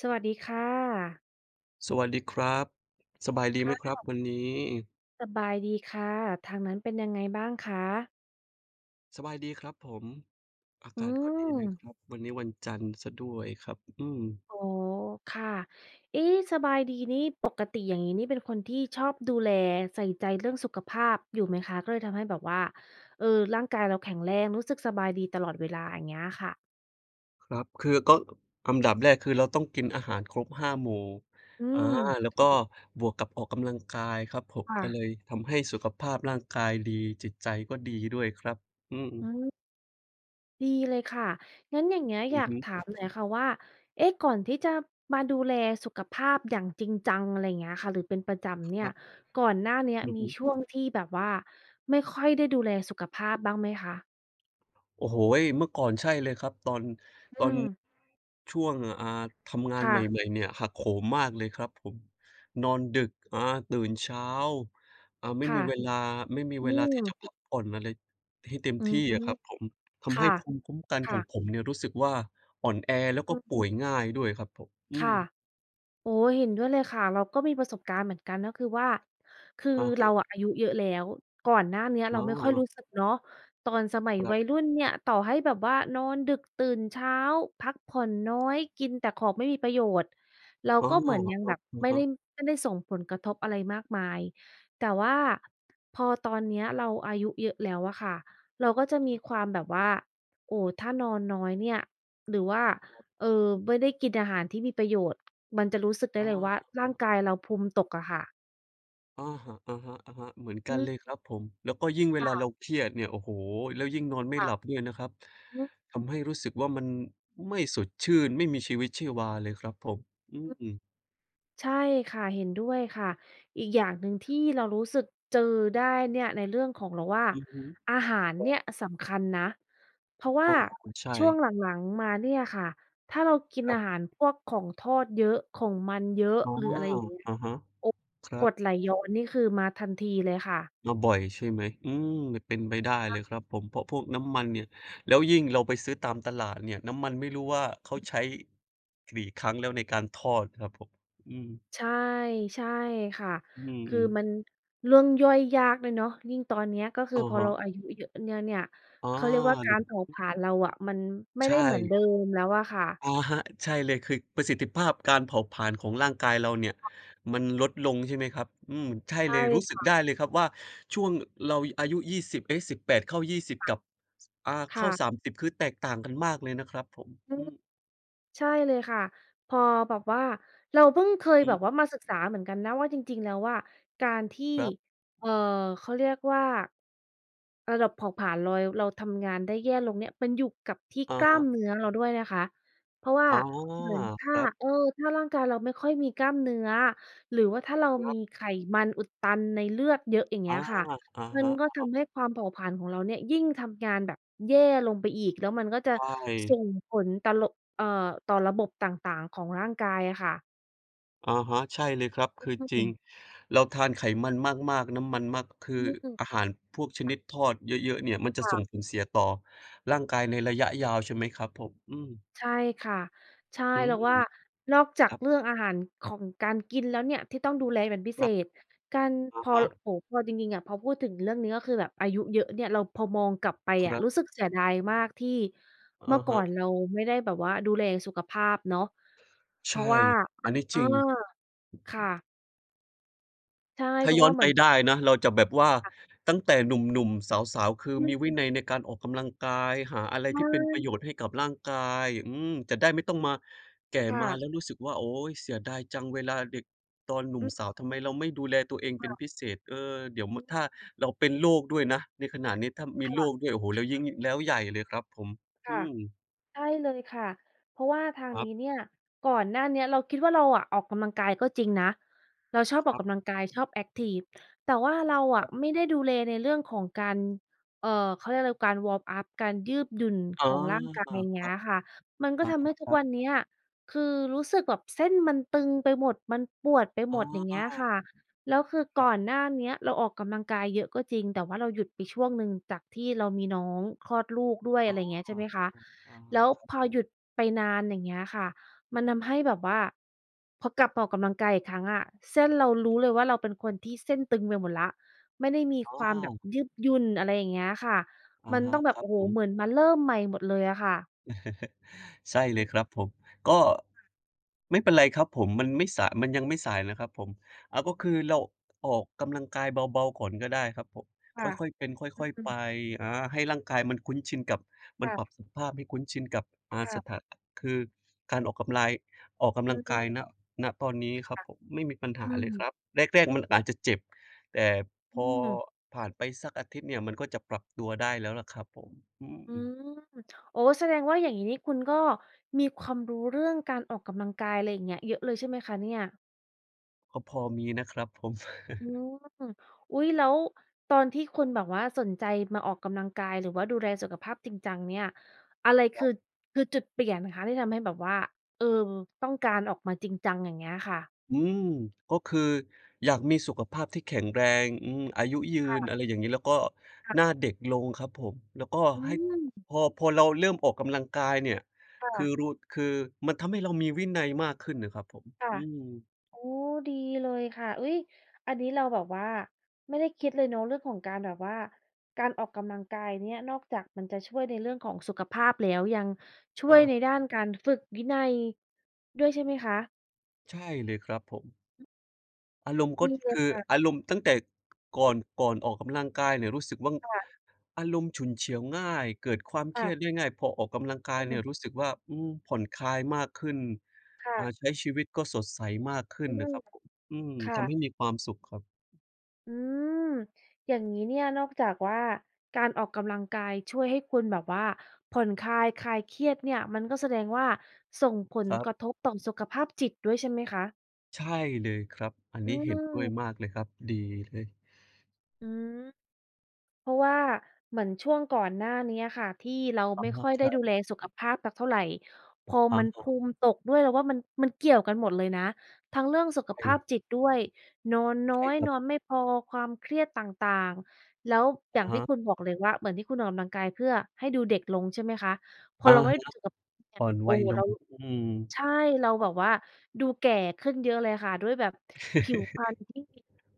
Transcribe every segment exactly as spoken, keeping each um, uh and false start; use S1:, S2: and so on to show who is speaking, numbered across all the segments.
S1: สวัสดีค่ะ
S2: สวัสดีครับสบายดีไหมค
S1: ค่ะ
S2: รับวันนี้
S1: สบายดีค่ะ ทางนั้นเป็นยังไงบ้างคะ
S2: สบายดีครับผมอา
S1: อื
S2: กาศก็ดี
S1: ม
S2: เลยครับวันนี้วันจันทร์เสียด้วยครับอืม
S1: อ๋อค่ะเอ๊ะสบายดีนี่ปกติอย่างงี้นี่เป็นคนที่ชอบดูแลใส่ใจเรื่องสุขภาพอยู่ไหมคะ ก็เลยทำให้แบบว่าเออร่างกายเราแข็งแรง รู้สึกสบายดีตลอดเวลาอย่างเงี้ยค่ะ
S2: ครับคือก็อันดับแรกคือเราต้องกินอาหารครบห้าหมู่
S1: อื
S2: อา
S1: ม
S2: แล้วก็บวกกับออกกำลังกายครับผม
S1: ค่ะ
S2: ก็เลยทำให้สุขภาพร่างกายดีจิตใจก็ดีด้วยครับอื
S1: อื
S2: ม
S1: ม ดีเลยค่ะงั้นอย่างเงี้ยอ
S2: อือ
S1: ยาก
S2: ฮึ
S1: ถามหน่อยค่ะว่าเอ๊ะก่อนที่จะมาดูแลสุขภาพอย่างจริงจังอะไรอย่างเงี้ยค่ะหรือเป็นประจำเนี่
S2: ค
S1: ย
S2: รับ
S1: ก่อนหน้าเนี้ย
S2: อือ
S1: มี
S2: ฮึ
S1: ช่วงที่แบบว่าไม่ค่อยได้ดูแลสุขภาพบ้างไหมคะ
S2: โอ้โฮเมื่อก่อนใช่เลยครับตอนตอ
S1: อื
S2: น
S1: ม
S2: ช่วงอ่าทำงานให
S1: ค่ะ
S2: ม่ๆเนี่ยหักโหมมากเลยครับผมนอนดึกอาตื่นเช้าอ่าไม่
S1: ค่ะ
S2: มีเวลาไม่มี
S1: อื
S2: เวลาที่จะพั
S1: ม
S2: กผ่อนอะไรให้เต็ม
S1: อืม
S2: ที่อะครับผมทำให้
S1: ค่ะ
S2: ภูมิคุ้มกันของผม
S1: ค่ะ
S2: เนี่ยรู้สึกว่าอ่อนแอแล้ว
S1: อื
S2: ก็ป่
S1: ม
S2: วยง่ายด้วยครับผมอืม
S1: ค่ะ โอ้เห็นด้วยเลยค่ะเราก็มีประสบการณ์เหมือนกันก็คือว่าคือ
S2: อะ
S1: เรา
S2: ฮะ
S1: อะอายุเยอะแล้วก่อนหน้าเนี้ยเรา
S2: อ๋อ
S1: ไม่ค่อยรู้สึกเนาะตอนสมัย
S2: ครั
S1: วัย
S2: บ
S1: รุ่นเนี่ยต่อให้แบบว่านอนดึกตื่นเช้าพักผ่อนน้อยกินแต่ของไม่มีประโยชน์เรา
S2: อ๋อ
S1: ก็เหมือนยังแบบ
S2: อะ
S1: ไม่
S2: ฮะ
S1: ได้ไม่ได้ส่งผลกระทบอะไรมากมายแต่ว่าพอตอนเนี้ยเราอายุเยอะแล้วอะค่ะเราก็จะมีความแบบว่าโอ้ถ้านอนน้อยเนี่ยหรือว่าเอ่อไม่ได้กินอาหารที่มีประโยชน์ มันจะรู้สึก
S2: ๆ
S1: ได้
S2: อ
S1: เลยว่าร่าง
S2: า
S1: กายเราภูมิตกอะค่ะ
S2: อะฮะๆฮะอะฮะเหมือน
S1: อื
S2: กันเลย
S1: ม
S2: ครับผมแล้วก็ยิ่งเวลาเรา
S1: ค
S2: เครียดเนี่ยโอ้โฮแล้วยิ่งนอนไม่
S1: ่ะ
S2: หลับ
S1: ๆ
S2: ด้วยนะครับ
S1: อืม
S2: ทำให้รู้สึกว่ามันไม่สดชื่นไม่มีชีวิตชีวาเลยครับผมอื
S1: ๆ
S2: ม
S1: ใช่ค่ะเห็นด้วยค่ะอีกอย่างหนึ่งที่เรารู้สึกเจอได้เนี่ยในเรื่องของเราว่า
S2: อือฮึ
S1: อาหาร
S2: ครั
S1: เนี่
S2: บ
S1: ยสำคัญนะเพราะว่า
S2: อาใช่
S1: ช่วงหลังๆมาเนี่ยค่ะถ้าเรากิน
S2: ครั
S1: อาหาร
S2: บ
S1: พวกของทอดเยอะของมันเยอะ
S2: อ๋อ
S1: หรืออะไรอย่างเงี้ย
S2: อะฮะ
S1: โอ้
S2: ค
S1: ก
S2: รั
S1: ร
S2: บ
S1: ดไหลย้อนนี่คือมาทันทีเลยค่ะ
S2: มาบ่อยใช่ไหมอืมเป็นไปได้เลยครับผมเพราะพวกน้ำมันเนี่ยแล้วยิ่งเราไปซื้อตามตลาดเนี่ยน้ำมันไม่รู้ว่าเขาใช้กี่ครั้งแล้วในการทอดครับผมอืม
S1: ใช่ใช่ค่ะ
S2: อื
S1: คือ
S2: ม
S1: มัน
S2: ๆ
S1: เรื่องย่อยยากด้วยเนาะยิ่งตอนเนี้ยก็คือ
S2: อะ
S1: พอเรา
S2: ฮะ
S1: อายุเยอะเนี่ยเนี่ย
S2: อ
S1: เขาเรียกว่ากา
S2: า
S1: รเผาผลาญเราอะมันไม่
S2: ใช
S1: ได้เหมือนเดิ
S2: ่
S1: มแล้วอะค่ะ
S2: อะฮะใช่เลยคือประสิทธิภาพการเผาผลาญของร่างกายเราเนี่ยมันลดลงใช่ไหมครับอืมใช่เล
S1: ใช่
S2: ยรู้สึกได้
S1: ค่ะ
S2: เลยครับว่าช่วงเราอายุยี่สิบเอ๊ะสิบแปดเข้ายี่สิบกับอ่าเข้า
S1: ค่ะ
S2: สามสิบคือแตกต่างกันมากเลยนะครับผม
S1: อื
S2: อื
S1: ม
S2: ม
S1: ใช่เลยค่ะพอแบบว่าเราเพิ่งเคย
S2: อื
S1: แบบ
S2: อ
S1: ว่ามาศึกษาเหมือนกันนะว่าจริงๆแล้วว่าการที่
S2: ครับ
S1: เอ่อเขาเรียกว่าระดับเผาผลาญเราเราทำงานได้แย่ลงเนี่ยมันอยู่กับที่
S2: อะ
S1: กล้าม
S2: ฮะ
S1: เนื้อเราด้วยนะคะเพราะว่า
S2: อ๋อ
S1: เหมือน
S2: ค
S1: ถ้า
S2: รับ
S1: เอ
S2: ๆ
S1: อถ้าร่างกายเราไม่ค่อยมีกล้ามเนื้อหรือว่าถ้าเรามีไขมันอุดตันในเลือดเยอะอย่างเงี้
S2: อา
S1: ยค่ะ
S2: อะ
S1: มัน
S2: ฮะ
S1: ก็ทำให้ความเผาผลาญของเราเนี่ยยิ่งทำงานแบบแย่ลงไปอีกแล้วมันก็จะ
S2: ใช่
S1: ส่งผลตะลบเอ่อต่อระบบต่างๆของร่างกายอะค่ะ
S2: อะฮะใช่เลยครับ
S1: อ
S2: คือ
S1: ืม
S2: จริง
S1: อ
S2: เราทานไขมันมากๆน้ำมันมากคือ
S1: ื
S2: อา
S1: ม
S2: หารพวกชนิดทอดเยอะๆเนี่ยมันจะส่ง
S1: ค่ะ
S2: ผลเสียต่อร่างกายในระยะยาวใช่ไหมครับผมอืม
S1: ใช่ค่ะใช่
S2: อื
S1: เรา
S2: ม
S1: ว่านอกจาก
S2: คร
S1: เรื่องอาหารของการกินแล้วเนี่ยที่ต้องดูแลเป็นพิเศ
S2: ับ
S1: ษ
S2: ๆ
S1: การพ
S2: อะ
S1: อ
S2: ฮะ
S1: โอ้โฮพอจริงๆอะพอพูดถึงเรื่องนี้ก็คือแบบอายุเยอะเนี่ยเราพอมองกลับไป
S2: ค
S1: อะ
S2: รั
S1: รู้สึ
S2: บ
S1: กเสียดายมากที่เมื่
S2: อะ
S1: อก่อ
S2: ฮะ
S1: นเราไม่ได้แบบว่าดูแลสุขภาพเนาะเพราะ
S2: ใช่
S1: ว่า
S2: อันนี้
S1: เออ
S2: จริง
S1: ค่ะใช่
S2: ถ้า
S1: เพราะ
S2: ย้อ
S1: ว่า
S2: น
S1: เหมื
S2: ไป
S1: อนว่า
S2: ได้นะเราจะแบบว่า
S1: ค่ะ
S2: ตั้งแต่หนุ่มๆสาวๆคือ
S1: อื
S2: มีวิ
S1: ม
S2: นัยในการออกกำลังกายหาอะไร
S1: ใช
S2: ที่เป็นประโย
S1: ่
S2: ชน์ให้กับร่างกายอืมจะได้ไม่ต้องมาแก่มาแล้
S1: ค่ะ
S2: วรู้สึกว่าโอ๊ยเสียดายจังเวลาเด็กตอนหนุ่
S1: อื
S2: มสาว
S1: ม
S2: ทำไมเราไม่ดูแลตัวเองเป็นพิ
S1: ค่ะ
S2: เศษเออเดี๋ยวม
S1: อืม
S2: ถ้าเราเป็นโรคด้วยนะในขณะนี้ถ้ามีโรค
S1: ค่ะ
S2: ด้วยโอ้โฮแล้วยิ่งแล้วใหญ่เลยครับผมอื
S1: ค่ะ
S2: ม
S1: ใช่เลยค่ะเพราะว่าทาง
S2: ครั
S1: นี้
S2: บ
S1: เนี่ยก่อนหน้าเนี้ยเราคิดว่าเราอะออกกำลังกายก็จริงนะเราชอบ
S2: ค
S1: ออก
S2: รั
S1: กำลั
S2: บ
S1: งกายชอบแอ็กทิฟแต่ว่าเรา
S2: ค
S1: อะ
S2: รับ
S1: ไม่ได้ดูแลในเรื่องของการเอ่อเขาเรียกอะไรการวอร์มอัปการยืดหยุ่น
S2: อา
S1: ของร่างกายอย่าง
S2: ค
S1: เงี้
S2: รั
S1: ย
S2: บ
S1: ค่ะมันก็
S2: อะ
S1: ทำให้
S2: ฮะ
S1: ทุ
S2: ค
S1: ก
S2: รั
S1: วัน
S2: บ
S1: เนี้ยคือรู้สึกแบบเส้นมันตึงไปหมดมันปวดไปหม
S2: อ
S1: ดอย่างเงี้ย
S2: า
S1: ค่ะ แล้วคือ
S2: ครั
S1: ก่อน
S2: บ
S1: หน้าเนี้ยเราออกกำลังกายเยอะก็จริงแต่ว่าเราหยุดไปช่วงหนึ่งจากที่เรามีน้องคลอดลูกด้วยอะ
S2: อา
S1: ไรเงี้ยใช่
S2: อะ
S1: ไหมคะ
S2: ฮะอะฮะ
S1: แล้ว
S2: ครับ
S1: พอ
S2: ผ
S1: ห
S2: ม
S1: ยุดไปนานอย่างเงี้ยค่ะมันทำให้แบบว่าพอกลับมาออกกำลังกายอีกครั้งอะเส้นเรารู้เลยว่าเราเป็นคนที่เส้นตึงไปหมดแล้วไม่ได้มี
S2: อ
S1: ความแบบ
S2: า
S1: ยืดหยุ่นอะไรอย่างเงี้ยค่ะ
S2: อะ
S1: มัน
S2: ฮะ
S1: ต้องแบ
S2: ค
S1: บ
S2: รับ
S1: โอ้โฮ
S2: ผม
S1: เหมือนมาเริ่มใหม่หมดเลยอะค่ะ
S2: ใช่เล
S1: อื
S2: ยค
S1: ม
S2: รับผมก็ไม่เป็นไรครับผมมันไม่สายมันยังไม่สายนะครับผมอาก็คือเราออกกำลังกายเบาๆก่อนก็ได้ครับผม
S1: ค่ะ
S2: ค่อยๆเป็น
S1: อื
S2: ค่อยๆ
S1: ม
S2: ไปอาให้ร่างกายมันคุ้นชินกับ
S1: ค
S2: มันปรับ
S1: ่
S2: สภาพให้คุ้นชินกับอ่า
S1: ะ
S2: ส
S1: ๆ
S2: ถาคือการออกกำลายออกกำ
S1: อื
S2: ลัง
S1: ม
S2: กายณณตอนนี้ครับ
S1: ค่ะ
S2: ผมไม่มีปัญ
S1: อื
S2: หาเล
S1: ม
S2: ยครับแรกๆมันอาจจะเจ็บแต่พ
S1: อื
S2: อ
S1: ม
S2: ผ่านไปสักอาทิตย์เนี่ยมันก็จะปรับตัวได้แล้วล่ะครับผมอื
S1: อื
S2: ม
S1: มโอ้แสดงว่าอย่างงี้นี่คุณก็มีความรู้เรื่องการออกกำลังกายอะไรอย่างเงี้ยเยอะเลยใช่ไหมคะเนี่ย
S2: ก็พอมีนะครับผม
S1: อืมอุ๊ยแล้วตอนที่คุณแบบว่าสนใจมาออกกำลังกายหรือว่าดูแลสุขภาพจริงจังเนี่ยอะไร
S2: ค
S1: คื
S2: รั
S1: อ
S2: บ
S1: คือจุดเปลี่ยนคะที่ทำให้แบบว่าเออต้องการออกมาจริงจังอย่างเงี้ยค่ะ
S2: อืมก็คืออยากมีสุขภาพที่แข็งแรงอืมอายุยืน
S1: ค
S2: อะไรอย่างนี้แล้วก็
S1: ่ะ
S2: หน้าเด็กลงครับผม แล้วก็
S1: ๆอื
S2: ให้
S1: ม
S2: พอพอเราเริ่มออกกำลังกายเนี่ย
S1: ค่ะ
S2: คือรู้คือมันทำให้เรามีวินัยมากขึ้นนะครับผม
S1: ค่ะ
S2: อืม
S1: โอ้ดีเลยค่ะอุ๊ยอันนี้เราแบบว่าไม่ได้คิดเลยเนาะเรื่องของการแบบว่าการออกกำลังกายเนี่ยนอกจากมันจะช่วยในเรื่องของสุขภาพแล้วยังช่วย
S2: อา
S1: ในด้านการฝึกวินัยด้วยใช่ไหมคะ
S2: ใช่เลยครับผม อารมณ์ก็
S1: ดีเลย
S2: คืออา
S1: ค่ะ
S2: รมณ์ตั้งแต่ก่อนก่อนออกกำลังกายเนี่ยรู้สึกว่า
S1: ค
S2: อารมณ์ฉุนเฉียวง่ายเกิดความเค
S1: ่ะ
S2: รียดได้ง่ายพอออกกำลัง
S1: ๆ
S2: กา
S1: อื
S2: ย
S1: ม
S2: เนี่ยรู้สึกว่าอืมผ่อนคลายมากขึ้น
S1: ค่ะ
S2: อ่าใช้ชีวิตก็สดใสมากขึ้น
S1: อื
S2: นะ
S1: ม
S2: ครับผมอืม
S1: ค่ะ
S2: ทำให้มีความสุขครับ
S1: อืมอย่างงี้เนี่ยนอกจากว่าการออกกำลังกายช่วยให้คุณแบบว่าผ่อนคลายคลายเครียดเนี่ยมันก็แสดงว่าส่งผล
S2: ครั
S1: กระ
S2: บ
S1: ทบต่อสุขภาพจิตด้วยใช่ไหมคะ
S2: ใช่เลยครับอัน
S1: อื
S2: นี้เห็นด้วยมา
S1: ม
S2: กเลยครับดีเลย
S1: อืมเพราะว่าเหมือนช่วงก่อนหน้านี้อะค่ะที่เรา
S2: อะ
S1: ไม่ค่
S2: ฮะ
S1: อย
S2: ค
S1: ได้
S2: รั
S1: ดู
S2: บ
S1: แลสุขภาพสักเท่าไรพอมันภู
S2: อา
S1: มิตกด้วยเราว่ามันมันเกี่ยวกันหมดเลยนะทั้งเรื่องสุข
S2: ใช่
S1: ภาพจิตด้วยนอนน้อ
S2: ใช่
S1: ย
S2: ครั
S1: น
S2: บ
S1: อนไม่พอความเครียดต่างๆแล้วอย่าง
S2: อะ
S1: ที่
S2: ฮะ
S1: คุณบอกเลยว่าเหมือนที่คุณออกกำลังกายเพื่อให้ดูเด็กลงใช่ไหมคะพอ
S2: อะ
S1: เราไม่
S2: ฮะ
S1: ดูสุขภาพเนี่ย
S2: อ่อน
S1: โอ้
S2: วัย
S1: โฮ
S2: ล
S1: เรา
S2: งอืม
S1: ใช่เราแบบว่าดูแก่ขึ้นเยอะเลยค่ะด้วยแบบผิวพร รณที่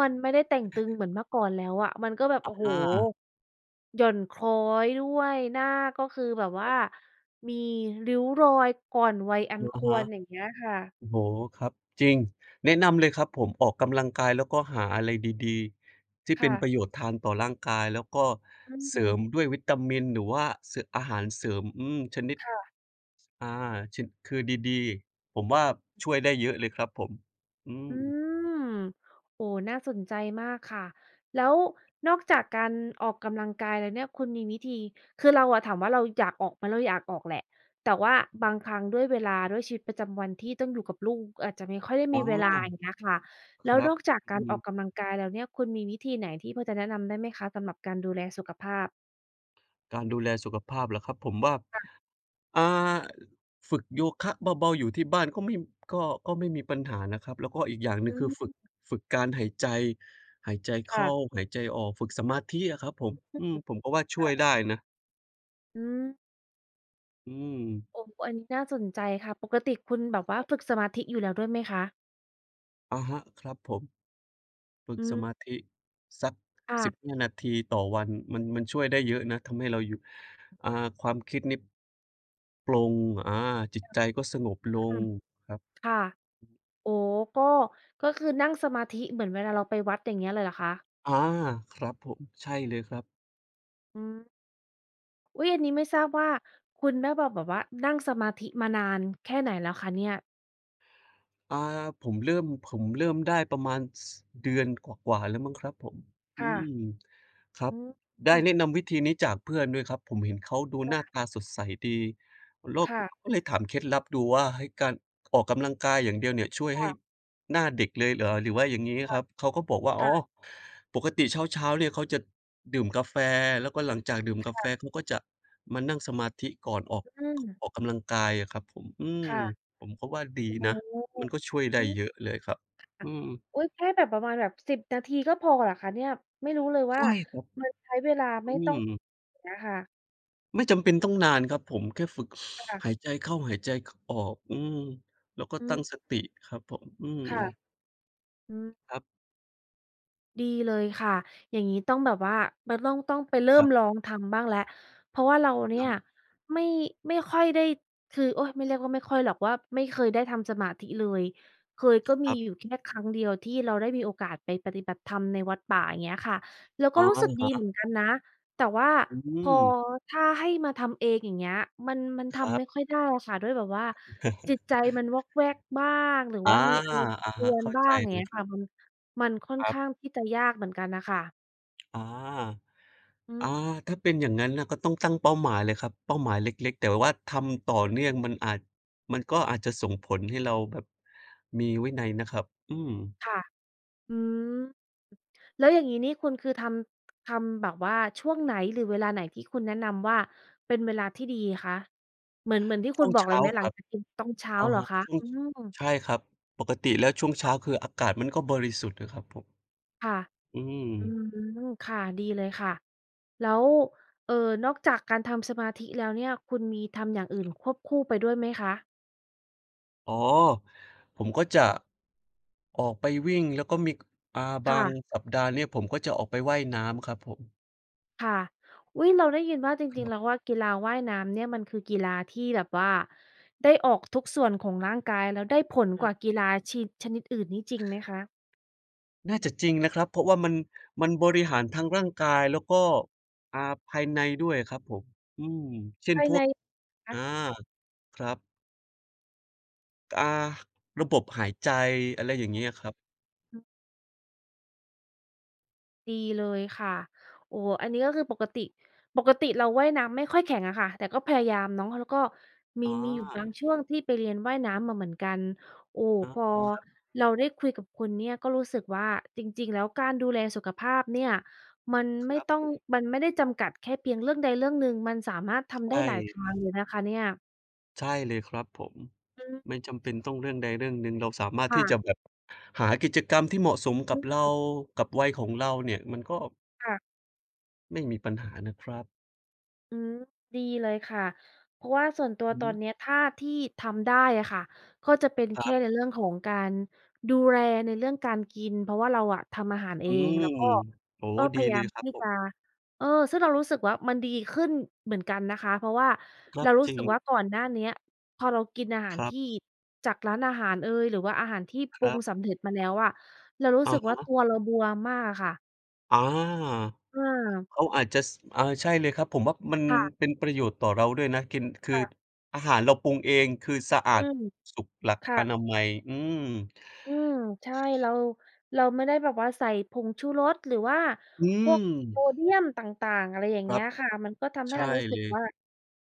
S1: มันไม่ได้แต่งตึงเหมือนเมื่อก่อนแล้วอะมันก็แบบ
S2: อ
S1: โอ้โฮ
S2: า
S1: หย่อนคล้อยด้วย หน้าก็คือแบบว่ามีริ้วรอยก่อนวัยอันค
S2: อะ
S1: ว
S2: ฮะ
S1: รอย่างเงี้ยค่ะ
S2: โอ้โฮครับจริงแนะนำเลยครับผมออกกำลังกายแล้วก็หาอะไรดีๆที่เป็นประ
S1: ค่ะ
S2: โยชน์ทานต่อร่างกายแล้วก็
S1: อื
S2: เสริ
S1: ม
S2: มด้วยวิตามินหรือว่าเสอะอาหารเสริมอืมชนิด
S1: ค่ะ
S2: อาชคือดีๆผมว่าช่วยได้เยอะเลยครับผมอืม
S1: อืมโอ้น่าสนใจมากค่ะแล้วนอกจากการออกกำลังกายแล้วเนี่ยคุณมีวิธีคือเราอะถามว่าเราอยากออกไหมเราอยากออกแหละแต่ว่าบางครั้งด้วยเวลาด้วยชีวิตประจำวันที่ต้องอยู่กับลูกอาจจะไม่ค่อยได้มี
S2: อา
S1: เวลาอย่างเงี้ยค่ะ
S2: ค
S1: แล้ว
S2: รั
S1: น
S2: บ
S1: อกจากกา
S2: อื
S1: ร
S2: ม
S1: ออกกำลังกายแล้วเนี่ยคุณมีวิธีไหนที่พอจะแนะนำได้ไหมคะสำหรับการดูแลสุขภาพ
S2: การดูแลสุขภาพเหรอครับผมว่า
S1: ค่ะ
S2: อ่าฝึกโยคะเบาๆอยู่ที่บ้านก็ไม่ก็ก็ไม่มีปัญหานะครับแล้วก็อีกอย่างหนึ่งคือฝึ
S1: อืม
S2: กฝึกการหายใจหายใจเข้า
S1: ค่ะ
S2: หายใจออกฝึกสมาธิอะครับผม
S1: อือ
S2: อืมผมก็ว่าช่วย
S1: ค่ะ
S2: ได้นะ
S1: อืม
S2: อืม
S1: โอ้อันนี้น่าสนใจค่ะปกติคุณแบบว่า
S2: ครับ
S1: ฝึกสมาธิอยู่แล้วด้วยไหมคะ
S2: อะฮะครับผมฝึก
S1: อื
S2: ส
S1: ม
S2: มาธิสัก
S1: ค่ะ
S2: สิบห้านาทีต่อวันมันมันช่วยได้เยอะนะทำให้เราอยู่อ่าความคิดนี่ปลงอาจิตใจก็สงบ
S1: อื
S2: ลง
S1: ม
S2: ครับ
S1: ค่ะอ๋อก็ก็คือนั่งสมาธิเหมือนเวลาเราไปวัดอย่างเงี้ยเลยเหรอคะ
S2: อาครับผมใช่เลยครับ
S1: อืมอุ๊ยอันนี้ไม่ทราบว่าคุณได้แบบแบบว่านั่งสมาธิมานานแค่ไหนแล้วคะเนี่ย
S2: อาผมเริ่มผมเริ่มได้ประมาณสเดือนกว่าๆแล้วมั้งครับผมอื
S1: ค่ะ
S2: มครั
S1: อื
S2: บ
S1: ม
S2: ได้แนะนำวิธีนี้จากเพื่อนด้วยครับผมเห็นเขาดูหน้าตาสดใสดีโลก
S1: ค่ะ
S2: ก็เลยถามเคล็ดลับดูว่าเฮ้ยการออกกำลังกายอย่างเดียวเนี่ยช่วยให้
S1: ค่ะ
S2: หน้าเด็กเลยเหรอหรือว่าอย่างงี้ครับเขาก็บอกว่า
S1: ค่
S2: อ๋อ ปกติเช้าๆเนี่ยเขาจะดื่มกาแฟแล้วก็หลังจากดื่มกา
S1: ะ
S2: แฟ
S1: ๆ
S2: เขาก็จะมานั่งสมาธิก่อนออก
S1: ๆอืม
S2: ออกกำลังกายอะครับผมอืม
S1: ค่ะ
S2: ผมก็ว่าดี
S1: โอ้โ
S2: นะมัน
S1: ฮ
S2: ก็ช่วย
S1: อื
S2: ได้เยอะ
S1: ม
S2: เลยครับ
S1: ค่ะ
S2: อืม
S1: อุ๊ยแค่แบบประมาณแบบสิบนาทีก็พอเหรอคะเนี่ยไม่รู้เลยว่า
S2: ใช่ครับ
S1: มันใช้เวลาไม่
S2: อื
S1: ต้อง
S2: ม
S1: อย่างเงี้ยค่ะ
S2: ไม่จำเป็นต้องนานครับผมแค่ฝึกหาย
S1: ค่ะ
S2: ใจเข้าหายใจคออกอืมแล้วก็
S1: อื
S2: ตั้งส
S1: ม
S2: ติครับผมอืม
S1: ค่ะอืม
S2: ครับ
S1: ดีเลยค่ะ อย่างนี้ต้องแบบว่ามันต้องต้องไปเริ่
S2: ค
S1: ม
S2: รั
S1: ลอ
S2: บ
S1: งทำบ้างแล้วเพราะว่าเราเนี่
S2: อะ
S1: ย
S2: ฮะ
S1: ไม่ไม่ค่อยได้คือโอ๊ยไม่เรียกว่าไม่ค่อยหรอกว่าไม่เคยได้ทำสมาธิเลยเคยก็
S2: ค
S1: มี
S2: รับ
S1: อยู่แค่ครั้งเดียวที่เราได้มีโอกาสไปปฏิบัติธรรมในวัดป่าอย่างเงี้ยค่ะเรา ก็
S2: อะ
S1: รู้สึกดีเหมื
S2: ฮะ
S1: อนกันนะแต่ว่า
S2: อื
S1: พอ
S2: ม
S1: ถ้าให้มาทำเองอย่างเงี้ยมันมัน
S2: ค
S1: ทำ
S2: รั
S1: ไม่ค่
S2: บ
S1: อยได้อะค่ะด้วยแบบว่าจิตใจมันวอกแวกบ้างหรือ
S2: อา
S1: ว่ามีอะไรรบ
S2: อะ
S1: ก
S2: ฮะ
S1: วน
S2: เข้า
S1: บ้า
S2: ใจ
S1: งอย่า
S2: เล
S1: ง
S2: ย
S1: เงี้ย
S2: ครั
S1: ค่ะมัน
S2: บ
S1: มันค่อน
S2: ครั
S1: ข้าง
S2: บ
S1: ที่จะยากเหมือนกันน่ะค่ะ
S2: อา
S1: อืม
S2: อาถ้าเป็นอย่างงั้นน่ะก็ต้องตั้งเป้าหมายเลยครับเป้าหมายเล็กๆแต่ว่าทำต่อเนื่องมันอาจมันก็อาจจะส่งผลให้เราแบบมีวินัยนะครับอืม
S1: ค่ะอืมแล้วอย่างงี้นี่คุณคือทำทำแบบว่าช่วงไหนหรือเวลาไหนที่คุณแนะนำว่าเป็นเวลาที่ดีคะเหมือนเหมือนที่คุ
S2: ช่
S1: ณ
S2: วง
S1: บอกเลย
S2: เช้า
S1: ไหมห
S2: ค
S1: ลัง
S2: รับ
S1: จากกินตอนเช้า
S2: อะ
S1: เหรอ
S2: ฮะ
S1: คะ
S2: ช่วง
S1: อืม
S2: ใช่ครับปกติแล้วช่วงเช้าคืออากาศมันก็บริสุทธิ์อะครับผม
S1: ค่ะ
S2: อืม
S1: อืมค่ะดีเลยค่ะแล้วเอ่อนอกจากการทำสมาธิแล้วเนี่ยคุณมีทำอย่างอื่นควบคู่ไปด้วยไหมคะ
S2: อ๋อผมก็จะออกไปวิ่งแล้วก็มีอ่าบาง
S1: ค่ะ
S2: สัปดาห์เนี่ยผมก็จะออกไปว่ายน้ำครับผม
S1: ค่ะอุ๊ยเราได้ยินว่าจ
S2: ค
S1: ริงๆ
S2: รั
S1: แล้ว
S2: บ
S1: ว่ากีฬาว่ายน้ำเนี่ยมันคือกีฬาที่แบบว่าได้ออกทุกส่วนของร่างกายแล้วได้ผลกว่ากีฬาชีชนิดอื่นนี่จริงไหมคะ
S2: น่าจะจริงนะครับเพราะว่ามันมันบริหารทั้งร่างกายแล้วก็อ่าภายในด้วยครับผมอืมเช่น
S1: ภาย
S2: พ
S1: ใน
S2: วก
S1: คะ
S2: อาครับอ่าระบบหายใจอะไรอย่างเงี้ยครับ
S1: ดีเลยค่ะโอ้โฮอันนี้ก็คือปกติปกติเราว่ายน้ำไม่ค่อยแข็งอะค่ะแต่ก็พยายามเนาะแล้วก็มี
S2: อ
S1: มีอยู่บาง
S2: า
S1: ช่วงที่ไปเรียนว่ายน้ำมาเหมือนกันโอ้
S2: อา
S1: พอ
S2: ครับ
S1: เราได้คุยกับคุณเนี่ยก็รู้สึกว่าจริงๆแล้วการดูแลสุขภาพเนี่ยมัน
S2: ค
S1: ไม่
S2: รับ
S1: ต้องมันไม่ได้จำกัดแค่เพียงเรื่องใดเรื่องหนึ่งมันสามารถทำได้
S2: ใช่
S1: หลายทางเลยนะคะเนี่ย
S2: ใช่เลยครับผม
S1: อืม
S2: ไม่จำเป็นต้องเรื่องใดเรื่องหนึ่งเราสามารถที่จะ
S1: ค่ะ
S2: แบบหากิจกรรมที่เหมาะสม
S1: อื
S2: กับ
S1: ม
S2: เรา
S1: ค่
S2: กับวัยของเราเนี่ยมันก็
S1: ะ
S2: ไม่มีปัญหานะครับ
S1: อืมดีเลยค่ะเพราะว่าส่วนตัว
S2: อือ
S1: ตอ
S2: ฮึ
S1: นเนี้ยถ้าที่ทำได้อะค่ะก็จะเป็น
S2: ค
S1: แค่
S2: รั
S1: ใน
S2: บ
S1: เรื่องของการดูแลในเรื่องการกินเพราะว่าเราอะทำอาหารเอ
S2: อื
S1: งแล้ว
S2: ม
S1: ก็
S2: โอ้โฮ
S1: ก็พ
S2: ดี
S1: ยา
S2: เล
S1: ยาม
S2: ยครับ
S1: ที่
S2: ผ
S1: จะ
S2: ม
S1: เออซึ่งเรารู้สึกว่ามันดีขึ้นเหมือนกันนะคะเพราะว่า
S2: ครั
S1: เรา
S2: บ
S1: รู้
S2: จริ
S1: สึ
S2: ง
S1: กว่าก่อนหน้าเนี้ยพอเรากินอาหา
S2: ค
S1: ร
S2: รั
S1: ที่
S2: บ
S1: จากร้านอาหารเอยหรือว่าอาหารที่
S2: ค
S1: ปรุ
S2: รั
S1: ง
S2: บ
S1: สำเร็จมาแล้วอะเรารู้
S2: อะ
S1: สึกว่า
S2: ฮะ
S1: ตัวเราบวมมากอะค่ะ
S2: อา
S1: เออ
S2: เขาอาจจะสอาใช่เลยครับ ผมว่ามัน
S1: ค่
S2: เป็นประโยชน์ต่อเราด้วยนะกินคือ
S1: ะ
S2: อาหารเราปรุงเอง คือสะ
S1: ๆ
S2: อา
S1: อื
S2: ด
S1: ม
S2: สุขหลักอนา
S1: ค่ะ
S2: มัยอืม
S1: อืมใช่เราเราไม่ได้แบบว่าใส่ผงชูรสหรือว่า
S2: อื
S1: พวก
S2: ม
S1: โซเดียมต่างๆอะไรอย่าง
S2: ค
S1: เงี้
S2: รับ
S1: ยค่ะมันก็ทำให้
S2: ใช่
S1: เรารู้สึ
S2: เล
S1: ก
S2: ย
S1: ว่า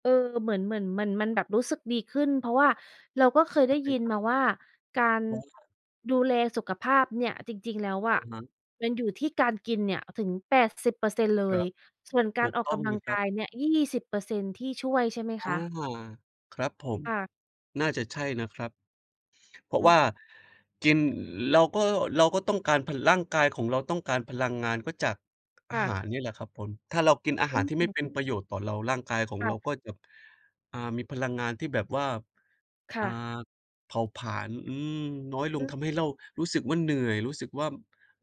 S1: เออเหมือนเหมือนเหมือนมันแบบรู้สึกดีขึ้นเพราะว่าเราก็เคยได้
S2: ใช่
S1: ยิน
S2: ครับ
S1: มาว่าการ
S2: ว่า
S1: ดูแลสุขภาพเนี่ยจริงๆแล้ว
S2: อะ
S1: อะ
S2: ฮะ
S1: มันอยู่ที่การกินเนี่ยถึงแปดสิบเปอร์เซ็นต์เปอร์เซ็นต์เล
S2: ค
S1: ย
S2: รับ
S1: ส่วนกา
S2: ถู
S1: ร
S2: ก
S1: ออก
S2: ต้อง
S1: กำลั
S2: เล
S1: ง
S2: ยครั
S1: กาย
S2: บ
S1: เนี่ยยี่สิบเปอร์เซ็นต์ที่ช่วยใช่ไหม
S2: อ
S1: คะ
S2: าครับผม
S1: ค่ะ
S2: น่าจะใช่นะครับ เพราะ
S1: อืม
S2: ว่ากินเราก็เราก็ต้องการพร่างกายของเราต้องการพลังงานก็จากอา
S1: ค่ะ
S2: หารเนี่ยแหละครับผมถ้าเรากินอา
S1: อื
S2: หารที่ไม่เป็
S1: ม
S2: นประโยชน์ต่อเราร่างกายของเรา
S1: ค่ะ
S2: ก็จะอ่ามีพลังงานที่แบบว่าอ่า
S1: ค่ะ
S2: เผาผลาญอืมน้อยล
S1: อื
S2: ง
S1: ม
S2: ทำให้เรารู้สึกว่าเหนื่อยรู้สึกว่า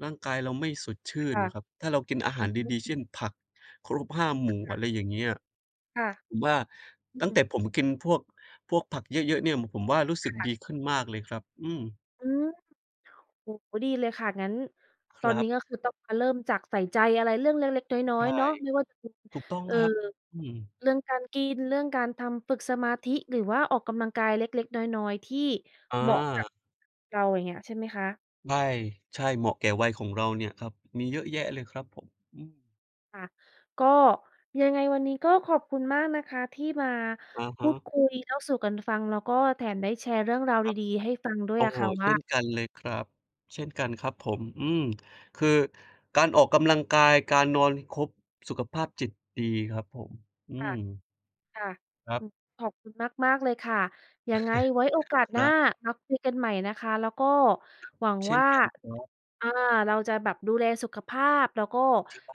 S2: ร่างกายเราไม่สดชื่น
S1: ค่ะ
S2: น่ะครับถ้าเรากินอา
S1: อื
S2: หา
S1: อ
S2: รดีๆ
S1: ฮึ
S2: เช่นผัก ครบห้าหมู่อะไรอย่างเงี้ย
S1: ค่ะ
S2: ผมว่า
S1: อื
S2: ตั้ง
S1: ม
S2: แต่ผมกินพวกพวกผักเยอะๆเนี่ยผมว่ารู้สึกดี
S1: ค่ะ
S2: ขึ้นมากเลยครับอืม
S1: อืมโอ้โฮดีเลยค่ะงั้น
S2: ค
S1: ตอน
S2: รั
S1: นี้ก็
S2: บ
S1: คือต้องมาเริ่มจากใส่ใจอะไรเรื่องเล็กๆน้อย
S2: ใช่
S1: ๆเนาะไม่ว่าจะเป็น
S2: ถูกต้อง
S1: เอ่อ
S2: ครับอืม
S1: เรื่องการกินเรื่องการทำฝึกสมาธิ หรือว่าออกกำลังกายเล็กๆน้อยๆที่
S2: อา
S1: เหมาะกับเราอย่างเงี้ยใช่ไหมคะ
S2: ใช่ใช่เหมาะแก่วัยของเราเนี่ยครับมีเยอะแยะเลยครับผมอืม
S1: ค่ะก็ยังไงวันนี้ก็ขอบคุณมากนะคะที่มา
S2: อะ
S1: พู
S2: ฮะ
S1: ดคุยเล่าสู่กันฟังแล้วก็แถมได้แชร์เรื่องราว
S2: ครับ
S1: ดีๆให้ฟังด้วย
S2: โอ้
S1: อะ
S2: โฮ
S1: ค่ะว่า
S2: เช่นกันเลยครับเช่นกันครับผมอืมคือการออกกำลังกายการนอนให้ครบสุขภาพจิตดีครับผมอื
S1: ค่ะ
S2: ม
S1: ค่ะ
S2: ครั
S1: อืมขอบคุณมากๆเลยค่ะ ยังไงไว้โอกาสหน้า
S2: บ
S1: มาคุยกันใหม่นะคะแล้วก็หวัง
S2: ๆเช่น
S1: ว่า
S2: กันครับ
S1: อาเราจะแบบดูแลสุขภาพแล้วก็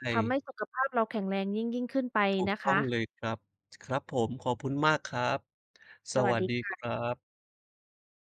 S2: ใช่
S1: ทำให้สุขภาพเราแข็งแรงยิ่งยิ่งขึ้นไป
S2: ถูก
S1: นะ
S2: ต้อ
S1: คะ
S2: งเลยครับครับผมขอบคุณมากครับ
S1: ส
S2: ส
S1: วัส
S2: วัส
S1: ดี
S2: ดีครั
S1: ค่ะ
S2: บ